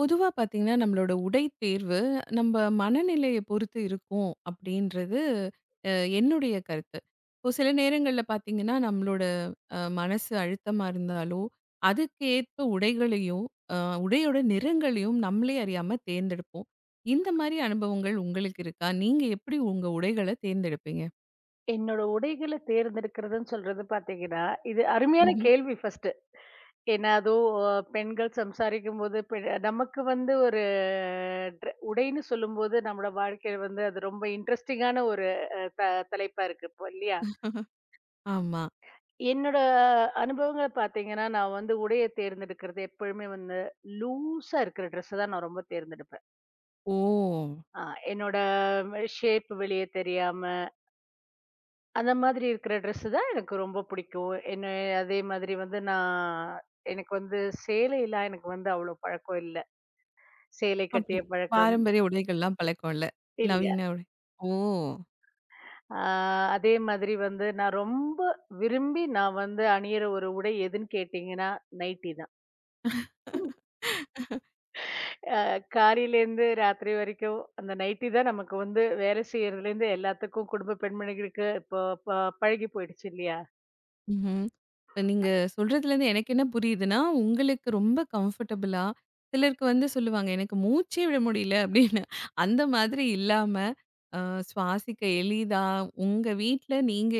பொதுவா பார்த்தீங்கன்னா, நம்மளோட உடை தேர்வு நம்ப மனநிலைய பொறுத்து இருக்கும் அப்படின்றது அ என்னுடைய கருத்து. இப்போ சில நேரங்கள்ல பார்த்தீங்கன்னா, நம்மளோட மனசு அழுத்தமா இருந்தாலோ, அதுக்கேற்ப உடைகளையும், அ உடையோட நிறங்களையும் நம்மளே அறியாம தேர்ந்தெடுப்போம். இந்த மாரி அனுபவங்கள் உங்களுக்கு இருக்கா? நீங்க எப்படி உங்க உடைகள தேர்ந்தெடுப்பீங்க? என்னோட உடைகள தேர்ந்தெடுக்கிறதுன்னு சொல்றது பார்த்தீங்கன்னா, இது அருமையான ம்ஹ்ம். கேள்வி ஃபர்ஸ்ட்டு. ஏன்னா அதுவும் பெண்கள் சம்சாரிக்கும்போது நமக்கு வந்து ஒரு உடைன்னு சொல்லும்போது நம்மோட வாழ்க்கையில வந்து அது ரொம்ப இன்ட்ரெஸ்டிங்கான ஒரு அ த தலைப்பா இருக்கு இப்போ இல்லையா? ஆமா. என்னோட அனுபவங்கள பார்த்தீங்கன்னா, நான் வந்து உடைய தேர்ந்தெடுக்கிறது எப்பழுமே வந்து லூஸா இருக்கிற ட்ரெஸ்ஸ தான் நான் ரொம்ப தேர்ந்தெடுப்பேன். ஓ! அ என்னோட ஷேப் வெளிய தெரியாம, அந்த மாதிரி இருக்கிற ட்ரெஸ்ஸு தான் எனக்கு ரொம்ப பிடிக்கும். என்ன அதே மாதிரி வந்து நான் எனக்கு வந்து சேலைலாம் எனக்கு வந்து அவ்வளோ பழக்கம் இல்ல. சேலை அப்படி. கட்டிய பழக்கம் பாரம்பரிய உடைகள்லாம் பழக்கம் இல்ல. இல்ல. நவீன உடை. ஓ! ஆ அதே மாதிரி வந்து நான் ரொம்ப விரும்பி நான் வந்து அணியிற ஒரு உடை எதுன்னு கேட்டீங்கன்னா, நைட்டி தான். அ காலையிலேருந்து ராத்திரி வரைக்கும் அந்த நைட்டி தான் நமக்கு வந்து வேலை செய்றதுலேருந்து எல்லாத்துக்கும் குடும்ப பெண்மணிகளுக்கு இப்போ ப பழகி போயிடுச்சு இல்லையா? ம்ஹ்ம். இப்ப நீங்க சொல்றதுலேருந்து எனக்கு என்ன புரியுதுன்னா, உங்களுக்கு ரொம்ப கம்ஃபர்டபுளா, சிலருக்கு வந்து சொல்லுவாங்க, "எனக்கு மூச்சே விட முடியல" அப்படின்னு. அந்த மாதிரி இல்லாம, அ சுவாசிக்க எளிதா, உங்க வீட்ல நீங்க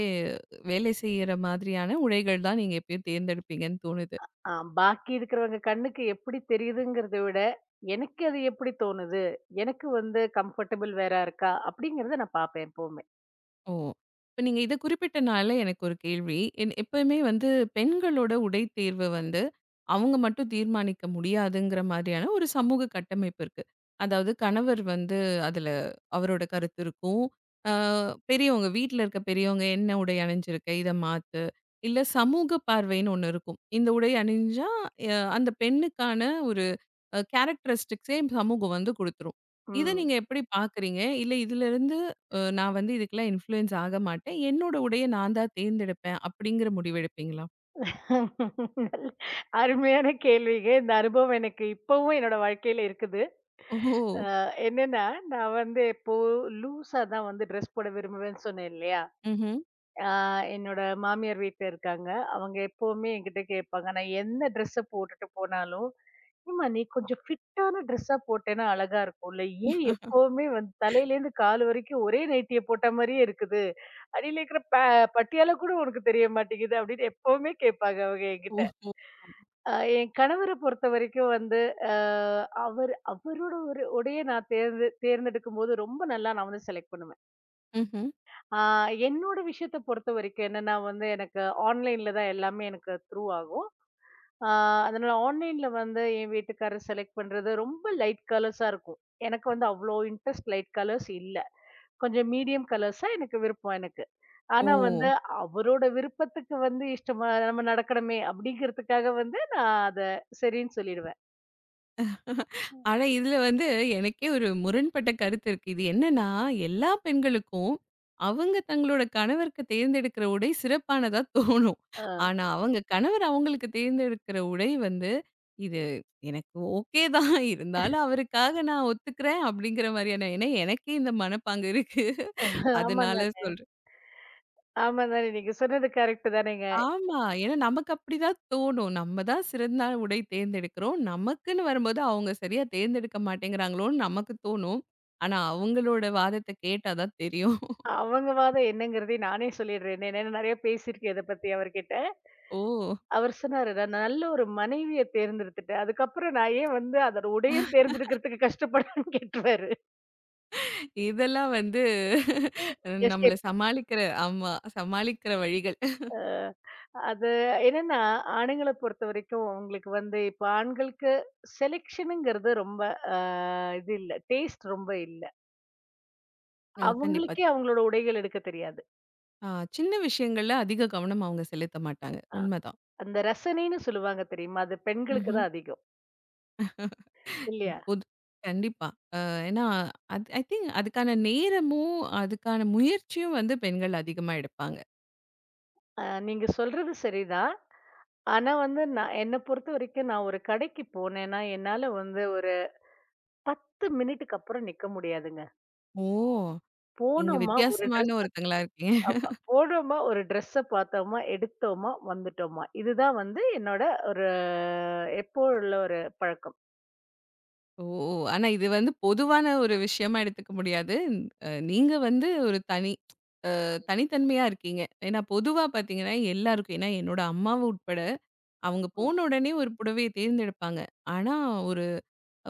வேலை செய்யற மாதிரியான உடைகள் தான் நீங்க எப்பயும் தேர்ந்தெடுப்பீங்கன்னு தோணுது. ஆ பாக்கி இருக்கிறவங்க கண்ணுக்கு எப்படி தெரியுதுங்கிறத விட, எனக்கு அது எப்படி தோணுது? எனக்கு வந்து கம்ஃபர்டபிள் வேறா இருக்கா? அப்படிங்கிறத நான் பாப்பேன் எப்பவுமே. ஓ! இப்ப நீங்க இத குறிப்பிட்டனால எனக்கு ஒரு கேள்வி. என் எப்பவுமே வந்து பெண்களோட உடை தேர்வு வந்து, அவங்க மட்டும் தீர்மானிக்க முடியாதுங்கிற மாதிரியான ஒரு சமூக கட்டமைப்பு இருக்கு. அதாவது கணவர் வந்து அதுல அவரோட கருத்து இருக்கும். அ பெரியவங்க வீட்ல இருக்க பெரியவங்க என்ன உடை அணிஞ்சிருக்க? இத மாத்து. இல்ல சமூக பார்வைன்னு ஒண்ணு இருக்கும். இந்த உடை அணிஞ்சா, அ அந்த பெண்ணுக்கான ஒரு கேரக்டரிஸ்டிக்ஸே சமூகம் வந்து குடுத்துரும். இத ம். நீங்க எப்படி பார்க்குறீங்க? இல்ல இதுலருந்து நான் வந்து இதுக்கெல்லாம் இன்ஃப்ளூயன்ஸ் ஆக மாட்டேன். என்னோட உடைய நான் தான் தேர்ந்தெடுப்பேன் அப்படிங்கிற முடிவு எடுப்பீங்களா? நல்ல- அருமையான கேள்விங்க. இந்த அனுபவம் எனக்கு இப்பவும் என்னோட வாழ்க்கையில இருக்குது. ஓஹோ! அ என்னன்னா, நான் வந்து இப்போ லூஸா தான் வந்து ட்ரெஸ் போட விரும்புவேன்னு சொன்னேன் இல்லையா? ம்ஹ்ம். ஆ என்னோட மாமியார் வீட்ல இருக்காங்க. அவங்க எப்பவுமே என்கிட்ட கேட்பாங்க. நான் என்ன ட்ரெஸ்ஸ போட்டுட்டு போனாலும், ஆமா. நீ கொஞ்சம் ஃபிட்டான ட்ரெஸ்ஸா போட்டேன்னா அழகா இருக்கும்ல. ஏன் எப்பவுமே வந்து தலையிலேருந்து கால் வரைக்கும் ஒரே நைட்டிய போட்ட மாரியே இருக்குது. அடியில இருக்கிற பட்டியால கூட உனக்கு தெரிய மாட்டேங்குது அப்படின்னு எப்பவுமே கேட்பாங்க அவங்க என்கிட்ட. ஓஹோ! அ என் கணவர பொறுத்தவரைக்கும் வந்து அ அவர் அவரோட ஒரு உடைய நான் தேர்ந்தெடுக்கும்போது ரொம்ப நல்லா நான் வந்து செலக்ட் பண்ணுவேன். ம்ஹ்ம். ஆ என்னோட விஷயத்த பொறுத்தவரைக்கும் என்னன்னா வந்து எனக்கு ஆன்லைன்ல தான் எல்லாமே எனக்கு த்ரூ ஆகும். ஆ, அதனால ஆன்லைன்ல வந்து என் வீட்டுக்காரர் செலக்ட் பண்றது ரொம்ப லைட் கலர்ஸா இருக்கும். எனக்கு வந்து அவ்ளோ இன்ட்ரெஸ்ட் லைட் கலர்ஸ் இல்ல. கொஞ்சம் மீடியம் கலர்ஸா எனக்கு விருப்பம் எனக்கு. ஓ! ஆனா வந்து அவரோட விருப்பத்துக்கு வந்து இஷ்டமா நம்ம நடக்கணுமே அப்படிங்கிறதுக்காக வந்து நான் அத சரின்னு சொல்லிடுவேன். ஆனா, இதுல வந்து எனக்கே ஒரு முரண்பட்ட கருத்து இருக்கு. இது என்னன்னா, எல்லா பெண்களுக்கும் அவங்க தங்களோட கணவருக்கு தேர்ந்தெடுக்கிற உடை சிறப்பானதா தோணும். ஆ. ஆனா, அவங்க கணவர் அவங்களுக்கு தேர்ந்தெடுக்கிற உடை வந்து, இது எனக்கு ஓகே தான். இருந்தாலும் அவருக்காக நான் ஒத்துக்கிறேன் அப்படிங்கிற மாரியான ஏன்னா எனக்கே இந்த மனப்பாங்கு இருக்கு. ஆமாங்க. அதனால சொல்றேன். ஆமாங்க. நீங்க சொன்னது கரெக்ட் தானேங்க. ஆமா. ஏன்னா நமக்கு அப்படிதான் தோணும். நம்ம தான் சிறந்த உடை தேர்ந்தெடுக்கிறோம். நமக்குன்னு வரும்போது அவங்க சரியா தேர்ந்தெடுக்க மாட்டேங்கிறாங்களோன்னு நமக்கு தோணும். ஆனா அவங்களோட வாதத்த கேட்டா தான் தெரியும். அவங்க வாதம் என்னங்கிறதையும் நானே சொல்லிடுறேனே. ஏன்னா நெறைய பேசியிருக்கேன் இத பத்தி அவர்கிட்ட. ஓ! அவர் சொன்னாரு, "நான் நல்ல ஒரு மனைவிய தேர்ந்தெடுத்துட்டேன். அதுக்கப்புறம் நான் ஏன் வந்து அதோட உடையும் தேர்ந்தெடுக்கிறதுக்கு கஷ்டப்படணும்னு" கேட்டுருவாரு. இதெல்லாம் வந்து ஓ! நம்மள எஸ்கேப். சமாளிக்கிற ஆமா, சமாளிக்கிற வழிகள். அது என்னன்னா, ஆணுங்கள பொறுத்தவரைக்கும் அவங்களுக்கு வந்து இப்ப ஆண்களுக்கு செலெக்ஷனுங்கிறது ரொம்ப அ இது இல்ல. டேஸ்ட் ரொம்ப இல்ல. ஆமா. கண்டிப்பா. அவங்களுக்கே அவங்களோட உடைகள் எடுக்க தெரியாது. அ சின்ன விஷயங்கள்ல அதிக கவனம் அவங்க செலுத்த மாட்டாங்க. அ உண்மதான். அந்த ரசனைன்னு சொல்லுவாங்க தெரியுமா? அது பெண்களுக்கு ம்ஹ்ம். தான் அதிகம். இல்லையா? பொது கண்டிப்பா. அ ஏன்னா, அது ஐ திங்க் அதுக்கான நேரமும், அதுக்கான முயற்சியும் வந்து பெண்கள் அதிகமா எடுப்பாங்க. நீங்க சொல்றது சரிதான். ஆனா வந்து நான் என்ன பொறுத்தவரைக்கும் நான் ஒரு கடைக்கு போனேன்னா, என்னால வந்து ஒரு 10 மினிட்டுக்கு அப்புறம் நிக்க முடியாதுங்க. ம். ஓ! நீங்க போனோமா ஒரு வித்தியாசமான ட்ரெஸ்ஸ ஒருத்தங்களா இருக்கீங்க. ஆமா. போனோமா ஒரு ட்ரெஸ்ஸ பார்த்தோமா, எடுத்தோமா, வந்துட்டோமா. இதுதான் வந்து என்னோட ஒரு எப்போ உள்ள ஒரு பழக்கம். ஓ! ஆனா இது வந்து பொதுவான ஒரு விஷயமா எடுத்துக்க முடியாது. நீங்க வந்து ஒரு தனி தனித்தன்மையா இருக்கீங்க. ஏன்னா பொதுவா பார்த்தீங்கன்னா, எல்லாருக்கும் ஏன்னா என்னோட அம்மாவும் உட்பட, அவங்க ம். போன உடனே ஒரு புடவைய தேர்ந்தெடுப்பாங்க. ஆனா ஒரு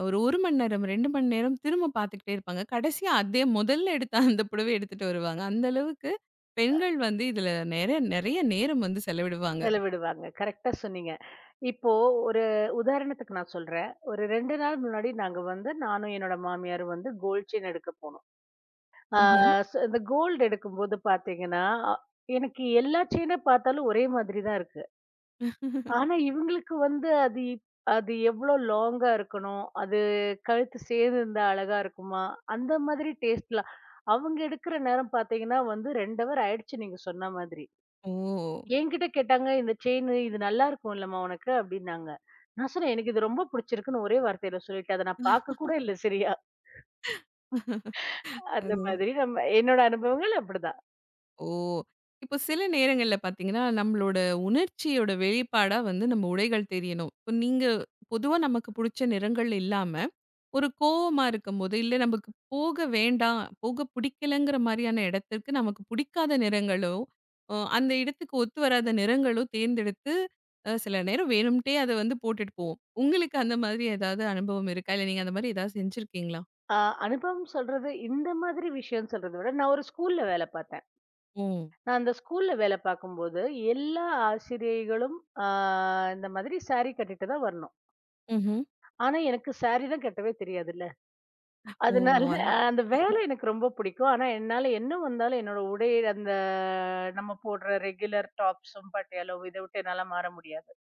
ஒரு 1 மணி நேரம், 2 மணி நேரம் திரும்ப பார்த்துக்கிட்டே இருப்பாங்க. கடைசியா அதே முதல்ல எடுத்த அந்த புடவைய எடுத்துட்டு வருவாங்க. அந்த அளவுக்கு பெண்கள் வந்து இதுல நெறைய நேரம் வந்து செலவிடுவாங்க. செலவிடுவாங்க. கரெக்ட்டா சொன்னீங்க. இப்போ ஒரு உதாரணத்துக்கு நான் சொல்றேன். ஒரு 2 நாள் முன்னாடி நாங்க வந்து நானும் என்னோட மாமியாரும் வந்து கோல்ட் செயின் எடுக்க போனோம். ஆ ம்ஹ்ம். ம். சோ இந்த கோல்டு எடுக்கும்போது பார்த்தீங்கன்னா, அ எனக்கு எல்லா செயின பார்த்தாலும் ஒரே மாதிரி தான் இருக்கு. ஆனா இவங்களுக்கு வந்து அது அது எவ்ளோ லாங்கா இருக்கணும்? அது கழுத்து சேர்ந்திருந்தா அழகா இருக்குமா? அந்த மாதிரி டேஸ்ட்லாம். அவங்க எடுக்கிற நேரம் பார்த்தீங்கன்னா வந்து 2 ஹவர் ஆயிடுச்சு நீங்க சொன்ன மாதிரி. ஓ! என்கிட்ட கேட்டாங்க, "இந்த செயினு இது நல்லா இருக்கும் இல்லம்மா உனக்கு?" அப்படின்னாங்க. நான் சொன்னேன், "எனக்கு இது ரொம்ப புடிச்சிருக்குன்னு" ஒரே வார்த்தையில சொல்லிட்டேன். அத நான் பார்க்க கூட இல்ல சரியா. அந்த அது மாதிரி நம்ம என்னோட அனுபவங்கள் அப்படிதான். ஓ! இப்போ சில நேரங்கள்ல பார்த்தீங்கன்னா, நம்மளோட உணர்ச்சியோட வெளிப்பாடா வந்து நம்ம உடைகள் தெரியணும். இப்போ நீங்க பொதுவா நமக்கு புடிச்ச நிறங்கள் இல்லாம, ஒரு கோவமா இருக்கும்போது, இல்ல நமக்கு போக வேண்டாம், போக பிடிக்கலங்கிற மாரியான இடத்திற்கு நமக்கு பிடிக்காத நிறங்களோ, அந்த இடத்துக்கு ஒத்து வராத நிறங்களோ தேர்ந்தெடுத்து, சில நேரம் வேணும்ட்டே அத வந்து போட்டுட்டு போவோம். உங்களுக்கு அந்த மாதிரி ஏதாவது அனுபவம் இருக்கா? இல்ல நீங்க அந்த மாதிரி ஏதாவது செஞ்சிருக்கீங்களா? அ அனுபவம் சொல்றது இந்த மாதிரி விஷயம் சொல்றத விட, நான் ஒரு ஸ்கூல்ல வேலை பார்த்தேன். ஓ! நான் அந்த ஸ்கூல்ல வேலை பார்க்கும்போது, எல்லா ஆசிரியைகளும் ஆ இந்த மாதிரி சாரி கட்டிட்டு தான் வரணும். ம்ஹ்ம். ஆனா, எனக்கு சாரி தான் கட்டவே தெரியாதுல்ல. ஓ! அதனால அ அந்த வேலை எனக்கு ரொம்ப பிடிக்கும். ஆனா, என்னால என்ன வந்தாலும் என்னோட உடை அந்த நம்ம போடுற ரெகுலர் டாப்ஸும், பட்டியாலாவும் இத விட்டு என்னால மாற முடியாது.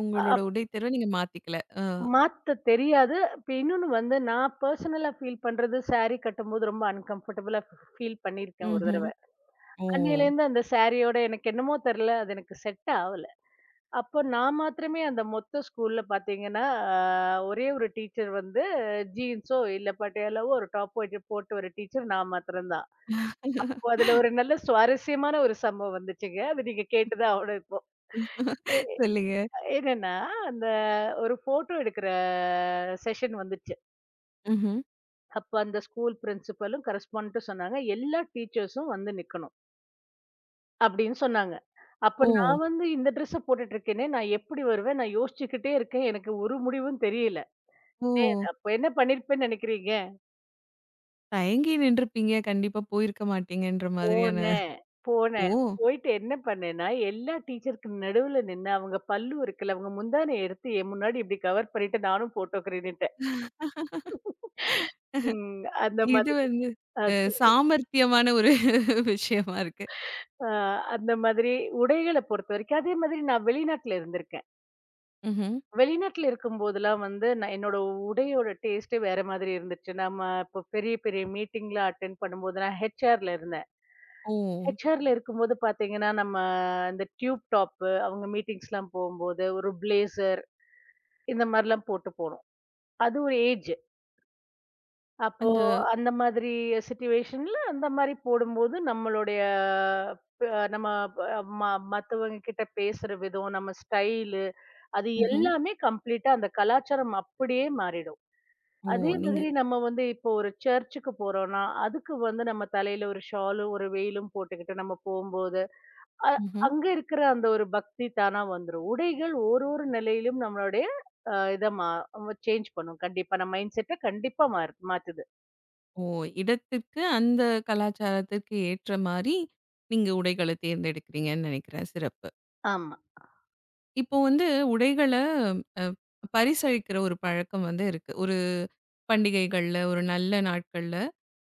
உங்களோட அப் உடை தேர்வ நீங்க மாத்திக்கல. அ. மாத்த தெரியாது. இப்ப இன்னொன்னு வந்து நான் பெர்சனலா ஃபீல் பண்றது சாரி கட்டும்போது ரொம்ப அன்கம்ஃபர்டபுளா ஃபீல் பண்ணியிருக்கேன் ஒரு ம்ஹ்ம். தடவ. ஓ! அன்னையிலேருந்து அந்த சாரியோட எனக்கு என்னமோ தெரியல. அது எனக்கு செட் ஆவல. அப்போ நான் மாத்திரமே அந்த மொத்த ஸ்கூல்ல பார்த்தீங்கன்னா, அ ஒரே ஒரு டீச்சர் வந்து ஜீன்ஸோ இல்ல பட்டியாலாவோ ஒரு டாப் போட்டு போட்டு ஒரு டீச்சர் நான் மாத்திரம் தான். அப்போ அதுல ஒரு நல்ல சுவாரஸ்யமான ஒரு சம்பவம் வந்துச்சுங்க. அது நீங்க கேட்டு தான் ஆவணும் இப்போ. எ சொல்லுங்க. என்னன்னா, அந்த ஒரு ஃபோட்டோ எடுக்கிற செஷன் வந்துச்சு. ம்ஹ்ம். அப்ப அந்த ஸ்கூல் பிரின்சிபலும் கரஸ்பாண்டன்ட்டும் சொன்னாங்க, "எல்லா டீச்சர்ஸும் வந்து நிக்கணும்." அப்படின்னு சொன்னாங்க. அப்ப ஓ! நான் வந்து இந்த ட்ரெஸ்ஸ போட்டுட்டு இருக்கேனே, நான் எப்படி வருவேன்? நான் யோசிச்சுக்கிட்டே இருக்கேன். எனக்கு ஒரு முடிவும் தெரியல. ஓ! ஏன், அப்ப என்ன பண்ணியிருப்பேன்னு நினைக்கிறீங்க? தயங்கி நின்றுப்பீங்க. கண்டிப்பா போயிருக்க மாட்டீங்கன்ற மாதிரியான போனேன், ஓ! போனேன். போயிட்டு என்ன பண்ணேன்னா, எல்லா டீச்சருக்கு நடுவுல நின்னு அவங்க பல்லு இருக்குல்ல, அவங்க முந்தானைய எடுத்து என் முன்னாடி இப்படி கவர் பண்ணிட்டு நானும் ஃபோட்டோக்கு நின்னுட்டேன். ம். அந்த இது மாதிரி வந்து அ சொல்லுங்க. சாமர்த்தியமான ஒரு விஷயமா இருக்கு. ஆ அந்த மாதிரி உடைகள பொறுத்தவரைக்கும் அதே மாதிரி நான் வெளிநாட்ல இருந்திருக்கேன். ம்ஹ்ம். வெளிநாட்ல இருக்கும்போதெல்லாம் வந்து நான் என்னோட உடையோட டேஸ்ட்டே வேற மாதிரி இருந்துச்சு. நம்ம இப்போ பெரிய பெரிய மீட்டிங்லாம் அட்டெண்ட் பண்ணும்போது நான் ஹெச்ஆர்ல இருந்தேன். ஓ! ஹெச்ஆர்ல இருக்கும்போது பார்த்தீங்கன்னா, நம்ம இந்த டியூப் டாப்பு, அவங்க மீட்டிங்ஸ்லாம் போம்போது, ஒரு பிளேசர் இந்த மாரிலாம் போட்டு போணும். அது ஒரு ஏஜ். அப்போ அந்த அந்த மாதிரி சிட்யூவேஷன்ல அந்த மாரி போடும்போது, நம்மளுடைய ப நம்ம ப ம மத்தவங்க கிட்ட பேசுற விதம், நம்ம ஸ்டைலு, அது ம்ஹ்ம். எல்லாமே கம்ப்ளீட்டா அந்த கலாச்சாரம் அப்படியே மாறிடும். ஓ! அதே நீங்க மாதிரி நம்ம வந்து இப்போ ஒரு சர்ச்சுக்கு போறோம்னா, அதுக்கு வந்து நம்ம தலையில ஒரு ஷாலும், ஒரு வெயிலும் போட்டுக்கிட்டு நம்ம போம்போது, அ ம்ஹ்ம். அங்க இருக்கிற அந்த ஒரு பக்தி தானா வந்துரும். உடைகள் ஒரு ஒரு நிலையிலும் நம்மளுடைய அ இத மா சேஞ்ச் பண்ணும். கண்டிப்பா நம்ம மைண்ட் செட்ட கண்டிப்பா மாத்துது. ஓ! இடத்திற்கு அந்த கலாச்சாரத்திற்கு ஏற்ற மாரி நீங்க உடைகள தேர்ந்தெடுக்கிறீங்கன்னு நெனைக்கிறேன். சிறப்பு. ஆமா, இப்போ வந்து உடைகள அ பரிசளிக்கிற ஒரு பழக்கம் வந்து இருக்கு. ஒரு பண்டிகைகள்ல, ஒரு நல்ல நாட்கள்ல.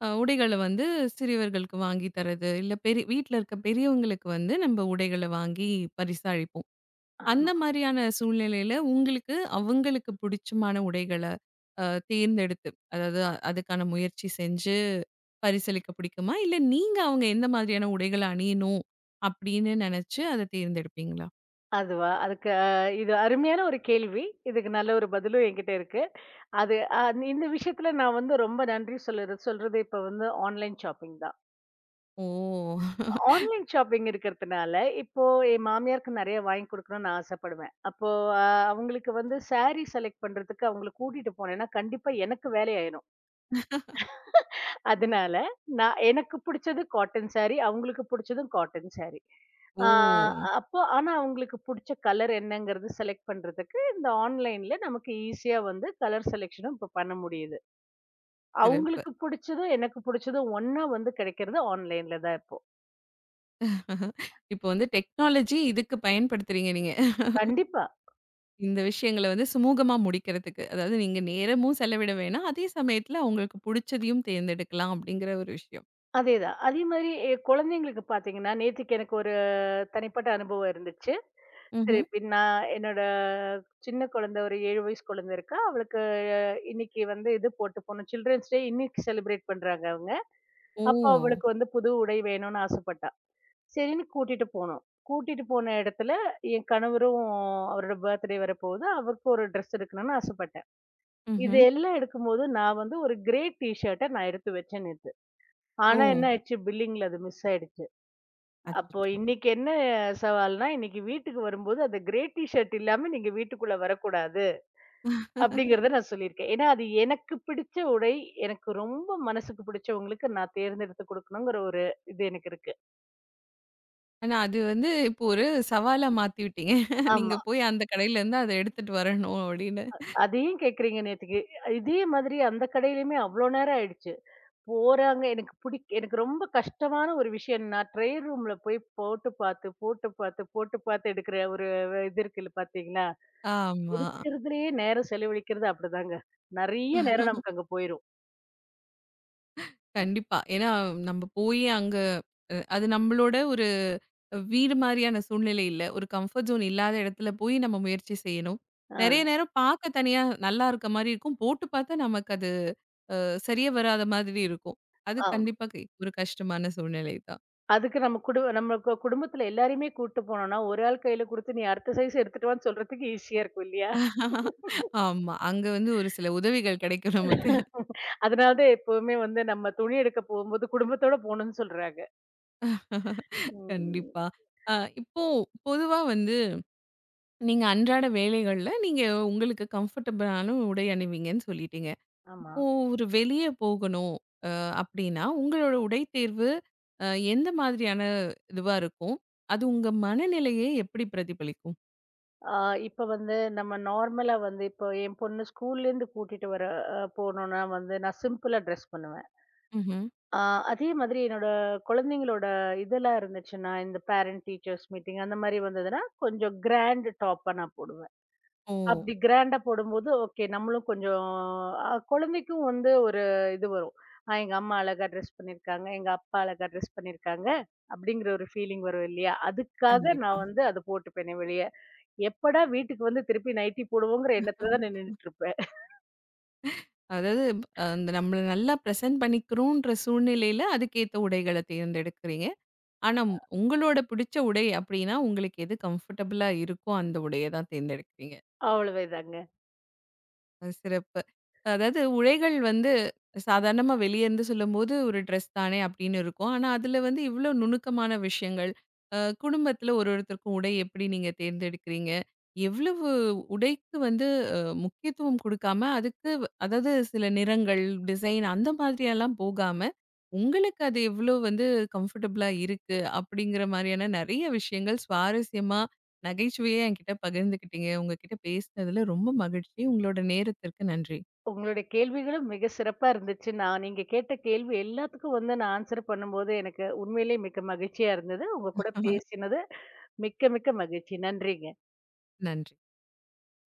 உடைகள வந்து சிறியவர்களுக்கு வாங்கி தர்றது, இல்ல பெரி வீட்ல இருக்க பெரியவங்களுக்கு வந்து நம்ம உடைகள வாங்கி பரிசா அளிப்போம். அந்த ஆமா. மாரியான சூழ்நிலையில உங்களுக்கு அவங்களுக்கு பிடிச்சமான உடைகள அ தேர்ந்தெடுத்து, அதாவது அதுக்கான முயற்சி செஞ்சு பரிசளிக்க பிடிக்குமா? இல்ல நீங்க அவங்க எந்த மாதிரியான உடைகள அணியணும் அப்படின்னு நெனச்சு அத தேர்ந்தெடுப்பீங்களா? அதுவா? அதுக்கு இது அருமையான ஒரு கேள்வி. இதுக்கு நல்ல ஒரு பதிலும் என்கிட்ட இருக்கு. அது அ இந்த விஷயத்துல நான் வந்து ரொம்ப நன்றி சொல்றது இப்ப வந்து ஆன்லைன் ஷாப்பிங் தான். ஓ! ஆன்லைன் ஷாப்பிங் இருக்கிறதுனால, இப்போ என் மாமியாருக்கு நெறைய வாங்கி குடுக்கணும்னு ஆசைப்படுவேன். அப்போ அ அவங்களுக்கு வந்து சாரி செலக்ட் பண்றதுக்கு அவங்கள கூட்டிட்டு போனேன்னா, கண்டிப்பா எனக்கு வேலை ஆயிரும். அதனால, நான் எனக்கு புடிச்சது காட்டன் சாரி. அவங்களுக்கு புடிச்சதும் காட்டன் சாரி. ஓ! ஆ ம். அப்போ ஆனா அவங்களுக்கு புடிச்ச கலர் என்னங்கிறது செலக்ட் பண்றதுக்கு, இந்த ஆன்லைன்ல நமக்கு ஈஸியா வந்து கலர் செலக்ஷனும் இப்ப பண்ண முடியுது. சிறப்பு. அவங்களுக்கு புடிச்சதும், எனக்கு புடிச்சதும் ஒண்ணா வந்து கிடைக்கிறது ஆன்லைன்ல தான் இப்போ. இப்போ வந்து டெக்னாலஜி இதுக்கு பயன்படுத்துறீங்க நீங்க. கண்டிப்பா. இந்த விஷயங்கள வந்து சுமூகமா முடிக்கிறதுக்கு. அதாவது நீங்க நேரமும் செலவிட வேணாம். அதே சமயத்துல உங்களுக்கு புடிச்சதையும் தேர்ந்தெடுக்கலாம் அப்படிங்கிற ஒரு விஷயம். அதேதான். அதே மாரி குழந்தைங்களுக்கு பார்த்தீங்கன்னா, நேத்திக்கு எனக்கு ஒரு தனிப்பட்ட அனுபவம் இருந்துச்சு. ம்ஹ்ம். திருப்பி நான் என்னோட சின்ன குழந்தை ஒரு 7 வயசு குழந்தை இருக்கா. அவளுக்கு இன்னைக்கு வந்து இது போட்டு போணும். சில்ட்ரன்ஸ் டே இன்னைக்கு செலிப்ரேட் பண்றாங்க அவங்க. ஓ! அப்ப அவளுக்கு வந்து புது உடை வேணும்னு ஆசைப்பட்டா. சரின்னு கூட்டிட்டு போனோம். கூட்டிட்டு போன இடத்துல என் கணவரும் அவரோட பர்த்டே வரப்போகுது. அவருக்கு ஒரு ட்ரெஸ் எடுக்கணும்னு ஆசைப்பட்டேன். இது ம்ஹ்ம். எல்லாம் எடுக்கும்போது நான் வந்து ஒரு கிரே டீ ஷர்ட்ட நான் எடுத்து வச்சேன் நேத்து. ஓ! ஆனா ஓ! என்ன ஆயிடுச்சு பில்லிங்ல அது மிஸ் ஆயிடுச்சு. அப்போ அச்சச்சோ! இன்னைக்கு என்ன சவால்னா, இன்னைக்கு வீட்டுக்கு வரும்போது அந்த கிரே டீ ஷர்ட் இல்லாம நீங்க வீட்டுக்குள்ள வரக்கூடாது. அப்படிங்கிறத நான் சொல்லியிருக்கேன். ஏன்னா, அது எனக்கு பிடிச்ச உடை, எனக்கு ரொம்ப மனசுக்கு பிடிச்சவங்களுக்கு நான் தேர்ந்தெடுத்து குடுக்கணுங்கிற ஒரு இது எனக்கு இருக்கு. ஆனா அது வந்து இப்போ ஒரு சவாலா மாத்தி விட்டீங்க. நீங்க ஆமா. போய் அந்த கடையிலருந்து அத எடுத்துட்டு வரணும் அப்படின்னு. அதையும் கேட்கிறீங்க நேத்துக்கு. இதே மாதிரி அந்த கடையிலயுமே அவ்ளோ நேரம் ஆயிடுச்சு. போறாங்க எனக்கு எனக்கு ரொம்ப கஷ்டமான ஒரு விஷயம். நான் ட்ரையல் ரூம்ல போய் போட்டு பார்த்து, போட்டு பார்த்து, போட்டு பார்த்து எடுக்கிற ஒரு இது இருக்குல்ல பார்த்தீங்களா? ஆமா. இருக்கிறதுலயே நேரம் செலவழிக்கிறது அப்படிதாங்க. நெறைய நேரம் நமக்கு அங்க போயிரும். கண்டிப்பா. ஏன்னா நம்ம போய் அங்க அது நம்மளோட வீடு மாரியான சூழ்நிலை இல்ல. ஒரு கம்ஃபர்ட் ஜோன் இல்லாத இடத்துல போய் நம்ம முயற்சி செய்யணும். நெறைய நேரம் பாக்க தனியா நல்லா இருக்க மாரி இருக்கும். போட்டு பாத்தா நமக்கு அது சரியா வராத மாதிரி இருக்கும். அது ஆ. கண்டிப்பா ஒரு கஷ்டமான சூழ்நிலை தான். அதுக்கு நம்ம நம்ம குடும்பத்துல எல்லாரையுமே கூட்டு போனோம்னா, ஒரு ஆள் கையில குடுத்து, "நீ அடுத்த சைஸ் எடுத்துட்டு வான்னு" சொல்றதுக்கு ஈஸியா இருக்கும் இல்லையா? ஆமா. அங்க வந்து ஒரு சில உதவிகள் கிடைக்கும் நமக்கு. அதனால தான் எப்பவுமே வந்து நம்ம துணி எடுக்க போகும்போது குடும்பத்தோட போணும்னு சொல்றாங்க. ம். கண்டிப்பா. அ இப்போ பொதுவா வந்து நீங்க அன்றாட வேலைகள்ல நீங்க உங்களுக்கு கம்ஃபர்டபிளான உடை அணிவீங்கன்னு சொல்லிட்டீங்க. ஆமா. இப்போ ஒரு வெளிய போகணும் அ அப்படின்னா, உங்களோட உடை தேர்வு அ எந்த மாதிரியான இதுவா இருக்கும்? அது உங்க மனநிலையை எப்படி பிரதிபலிக்கும்? ஆ இப்ப வந்து நம்ம நார்மலா வந்து இப்போ என் பொண்ணு ஸ்கூல்லேருந்து கூட்டிட்டு வர போனோம்னா வந்து நான் சிம்பிளா ட்ரெஸ் பண்ணுவேன். ம்ஹ்ம். ஆ அதே மாதிரி என்னோட குழந்தைங்களோட இதெல்லாம் இருந்துச்சுன்னா, இந்த பேரண்ட் டீச்சர்ஸ் மீட்டிங் அந்த மாரி வந்ததுன்னா, கொஞ்சம் கிராண்ட் டாப்பா நான் போடுவேன். ஓ! அப்படி கிராண்டா போடும்போது, ஓகே நம்மளும் கொஞ்சம் குழந்தைக்கும் வந்து ஒரு இது வரும். எங்க அம்மா அழகா ட்ரெஸ் பண்ணியிருக்காங்க. எங்க அப்பா அழகா ட்ரெஸ் பண்ணியிருக்காங்க. அப்படிங்கிற ஒரு ஃபீலிங் வரும் இல்லையா? அதுக்காக கண்டிப்பா. நான் வந்து அத போட்டுப்பேனே வெளிய. எப்படா வீட்டுக்கு வந்து திருப்பி நைட்டி போடுவோங்கிற எண்ணத்துல தான் நின்னுட்டு இருப்பேன். அதாவது அந்த நம்மள நல்லா பிரசன்ட் பண்ணிக்கிறோன்ற சூழ்நிலையில அதுக்கேத்த உடைகள தேர்ந்தெடுக்கிறீங்க. ஆனா உங்களோட பிடிச்ச உடை அப்படின்னா, உங்களுக்கு எது கம்ஃபர்டபுளா இருக்கோ அந்த உடைய தான் தேர்ந்தெடுக்கிறீங்க. அவ்வளவேதாங்க. அது சிறப்பு. அதாவது உடைகள் வந்து சாதாரணமா வெளிய இருந்து சொல்லும்போது, ஒரு ட்ரெஸ் தானே அப்படின்னு இருக்கும். ஆனா, அதுல வந்து இவ்ளோ நுணுக்கமான விஷயங்கள். அ குடும்பத்துல ஒருத்தருக்கும் உடை எப்படி நீங்க தேர்ந்தெடுக்கிறீங்க? எவ்வளவு உடைக்கு வந்து அ முக்கியத்துவம் குடுக்காம, அதுக்கு அதாவது சில நிறங்கள், டிசைன் அந்த மாதிரியெல்லாம் போகாம, உங்களுக்கு அது எவ்ளோ வந்து கம்ஃபர்டபுளா இருக்கு? அப்படிங்கிற மாரியான நெறைய விஷயங்கள் சுவாரஸ்யமா நகைச்சுவையே என்கிட்ட பகிர்ந்துக்கிட்டீங்க. உங்ககிட்ட பேசினதுல ரொம்ப மகிழ்ச்சி. உங்களோட நேரத்திற்கு நன்றி. உங்களுடைய கேள்விகளும் மிக சிறப்பா இருந்துச்சு. நான் நீங்க கேட்ட கேள்வி எல்லாத்துக்கும் வந்து நான் ஆன்சர் பண்ணும்போது எனக்கு உண்மையிலேயே மிக்க மகிழ்ச்சியா இருந்தது. உங்க கூட பேசினது மிக்க மிக்க மகிழ்ச்சி. நன்றிங்க. நன்றி.